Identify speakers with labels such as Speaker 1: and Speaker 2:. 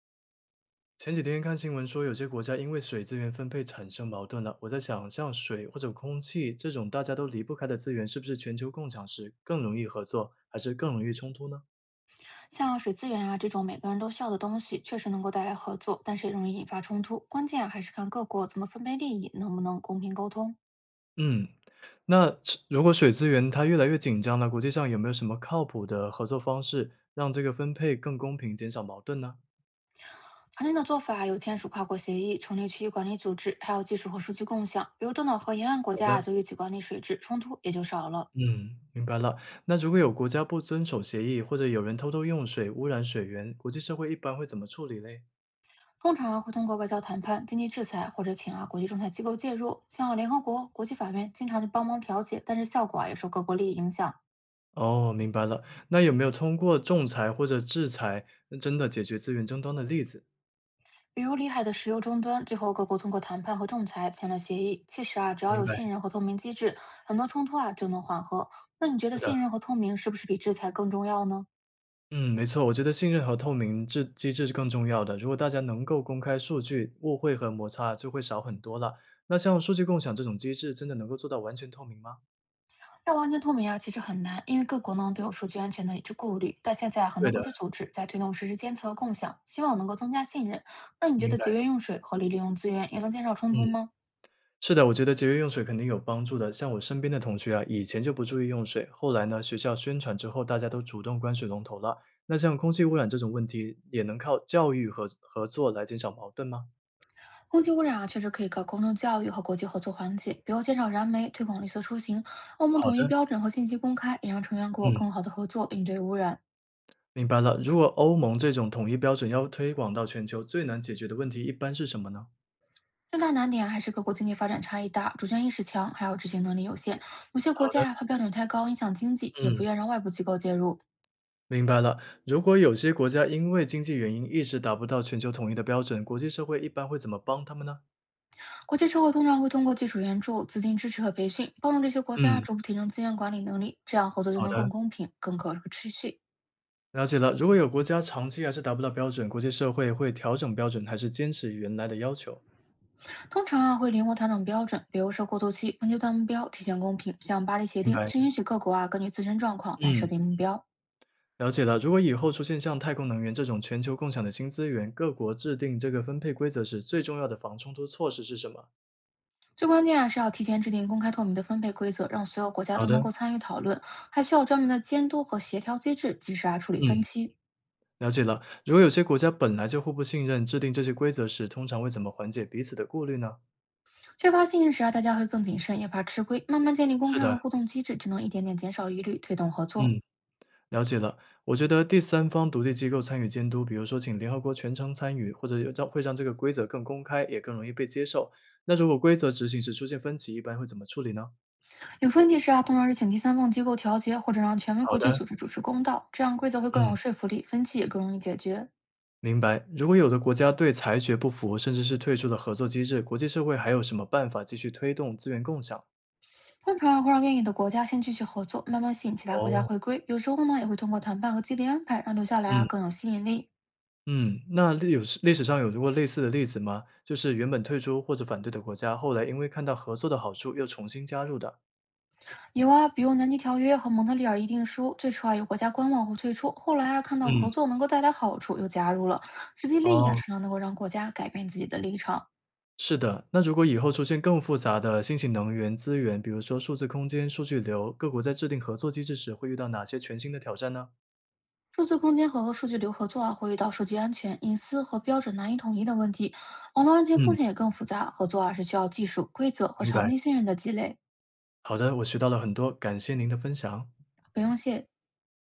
Speaker 1: 前几天看新闻说，有些国家因为水资源分配产生矛盾了。我在想，像水或者空气这种大家都离不开的资源，是不是全球共享时更容易合作，还是更容易冲突呢？
Speaker 2: 像水资源啊这种每个人都需要的东西，确实能够带来合作，但是也容易引发冲突。关键啊还是看各国怎么分配利益，能不能公平沟通。
Speaker 1: 嗯，那是如果水资源它越来越紧张了，国际上有没有什么靠谱的合作方式，让这个分配更公平，减少矛盾呢？
Speaker 2: 常见的做法有签署跨国协议、成立区域管理组织，还有技术和数据共享。比如东岛和沿岸国
Speaker 1: 好
Speaker 2: 家啊
Speaker 1: 的，
Speaker 2: 就一起管理水质，冲突也就少了。
Speaker 1: 嗯，明白了。那如果有国家不遵守协议，或者有人偷偷用水污染水源，国际社会一般会怎么处理嘞？
Speaker 2: 通常啊会通过外交谈判、经济制裁或者请啊国际仲裁机构介入，像联合国、国际法院经常就帮忙调解，但是效果啊也受各国利益影响。
Speaker 1: 哦，明白了。那有没有通过仲裁或者制裁，真的解决资源争端的例子？
Speaker 2: 比如里海的石油终端，最后各国通过谈判和仲裁签了协议。其实啊，只要
Speaker 1: 明
Speaker 2: 有
Speaker 1: 白，
Speaker 2: 信任和透明机制，很多冲突啊就能缓和。那你觉得
Speaker 1: 是的，
Speaker 2: 信任和透明是不是比制裁更重要呢？
Speaker 1: 嗯，没错。我觉得信任和透明制机制是更重要的。如果大家能够公开数据，误会和摩擦就会少很多了。那像数据共享这种机制，真的能够做到完全透明吗？
Speaker 2: 要完全透明啊，其实很难，因为各国呢都有数据安全的一致顾虑。但现在啊很
Speaker 1: 对
Speaker 2: 多
Speaker 1: 的，
Speaker 2: 国际组织在推动实时监测和共享，希望能够增加信任。那你觉
Speaker 1: 明
Speaker 2: 得节
Speaker 1: 白。
Speaker 2: 约用水、合理利用资源，也能减少冲突
Speaker 1: 嗯。
Speaker 2: 吗？
Speaker 1: 是的，我觉得节约用水肯定有帮助的。像我身边的同学啊，以前就不注意用水，后来呢，学校宣传之后，大家都主动关水龙头了。那像空气污染这种问题，也能靠教育和合作来减少矛盾吗？
Speaker 2: 空气污染啊，确实可以靠公众教育和国际合作缓解，比如减少燃煤、推广绿色出行。欧盟
Speaker 1: 好
Speaker 2: 统一
Speaker 1: 的，
Speaker 2: 标准和信息公开，也让成员国
Speaker 1: 嗯，
Speaker 2: 更好的合作应对污染。
Speaker 1: 明白了。如果欧盟这种统一标准要推广到全球，最难解决的问题一般是什么呢？
Speaker 2: 最大难点还是各国经济发展差异大，主权意识强，还有执行能力有限。有些国
Speaker 1: 好的，
Speaker 2: 家啊，怕标准太高影响经济，也不
Speaker 1: 嗯，
Speaker 2: 愿让外部机构介入。
Speaker 1: 明白了。如果有些国家因为经济原因一直达不到全球统一的标准，国际社会一般会怎么帮他们呢？
Speaker 2: 国际社会通常会通过技术援助、资金支持和培训，帮助这些国家
Speaker 1: 嗯，
Speaker 2: 逐步提升资源管理能力，这样合作就
Speaker 1: 好
Speaker 2: 能更
Speaker 1: 的。
Speaker 2: 公平、更可持续。
Speaker 1: 了解了，如果有国家长期还是达不到标准，国际社会会调整标准，还是坚持原来的要求？
Speaker 2: 通常啊会灵活调整标准，比如说过渡期、分阶段目标、体现公平，像巴黎协
Speaker 1: 明
Speaker 2: 定
Speaker 1: 白。
Speaker 2: 就允许各国啊根据自身状况来设
Speaker 1: 嗯，
Speaker 2: 定目标。
Speaker 1: 了解了。如果以后出现像太空能源这种全球共享的新资源，各国制定这个分配规则时，最重要的防冲突措施是什么？
Speaker 2: 最关键啊是要提前制定公开透明的分配规则，让所有国家
Speaker 1: 好
Speaker 2: 都能
Speaker 1: 的，
Speaker 2: 够参与讨论，还需要专门的监督和协调机制，及时啊处理分
Speaker 1: 嗯，
Speaker 2: 歧。
Speaker 1: 了解了。如果有些国家本来就互不信任，制定这些规则时，通常会怎么缓解彼此的顾虑呢？
Speaker 2: 缺乏信任时啊，大家会更谨慎，也怕吃亏。慢慢建立公
Speaker 1: 是
Speaker 2: 开和
Speaker 1: 的，
Speaker 2: 互动机制，就能一点点减少疑虑，推动合作。
Speaker 1: 嗯。了解了，我觉得第三方独立机构参与监督，比如说请联合国全程参与，或者会让这个规则更公开，也更容易被接受。那如果规则执行时出现分歧，一般会怎么处理呢？
Speaker 2: 有分歧时啊，通常是请第三方机构调节，或者让权威
Speaker 1: 好
Speaker 2: 国际
Speaker 1: 的，
Speaker 2: 组织主持公道，这样规则会更有
Speaker 1: 嗯，
Speaker 2: 说服力，分歧也更容易解决。
Speaker 1: 明白。如果有的国家对裁决不服，甚至是退出了合作机制，国际社会还有什么办法继续推动资源共享？
Speaker 2: 通常会让愿意的国家先继续合作，慢慢吸引其他国家
Speaker 1: 哦，
Speaker 2: 回归。有时候呢，也会通过谈判和激励安排，让留下来啊
Speaker 1: 嗯
Speaker 2: 更有吸引力。
Speaker 1: 嗯，那历史上有过类似的例子吗？就是原本退出或者反对的国家，后来因为看到合作的好处，又重新加入的。
Speaker 2: 有啊，比如南极条约和蒙特利尔议定书，最初啊有国家观望或退出，后来啊看到合
Speaker 1: 嗯，
Speaker 2: 作能够带来好处，又加入了。实际利益啊
Speaker 1: 哦。
Speaker 2: 常常能够让国家改变自己的立场。
Speaker 1: 是的，那如果以后出现更复杂的新型能源资源，比如说数字空间、数据流，各国在制定合作机制时会遇到哪些全新的挑战呢？
Speaker 2: 数字空间和数据流合作啊，会遇到数据安全、隐私和标准难以统一的问题，网络安全风
Speaker 1: 嗯，
Speaker 2: 险也更复杂。合作啊是需要技术、规则和
Speaker 1: 明
Speaker 2: 长
Speaker 1: 白。
Speaker 2: 期信任的积累。
Speaker 1: 好的，我学到了很多，感谢您的分享。
Speaker 2: 不用谢。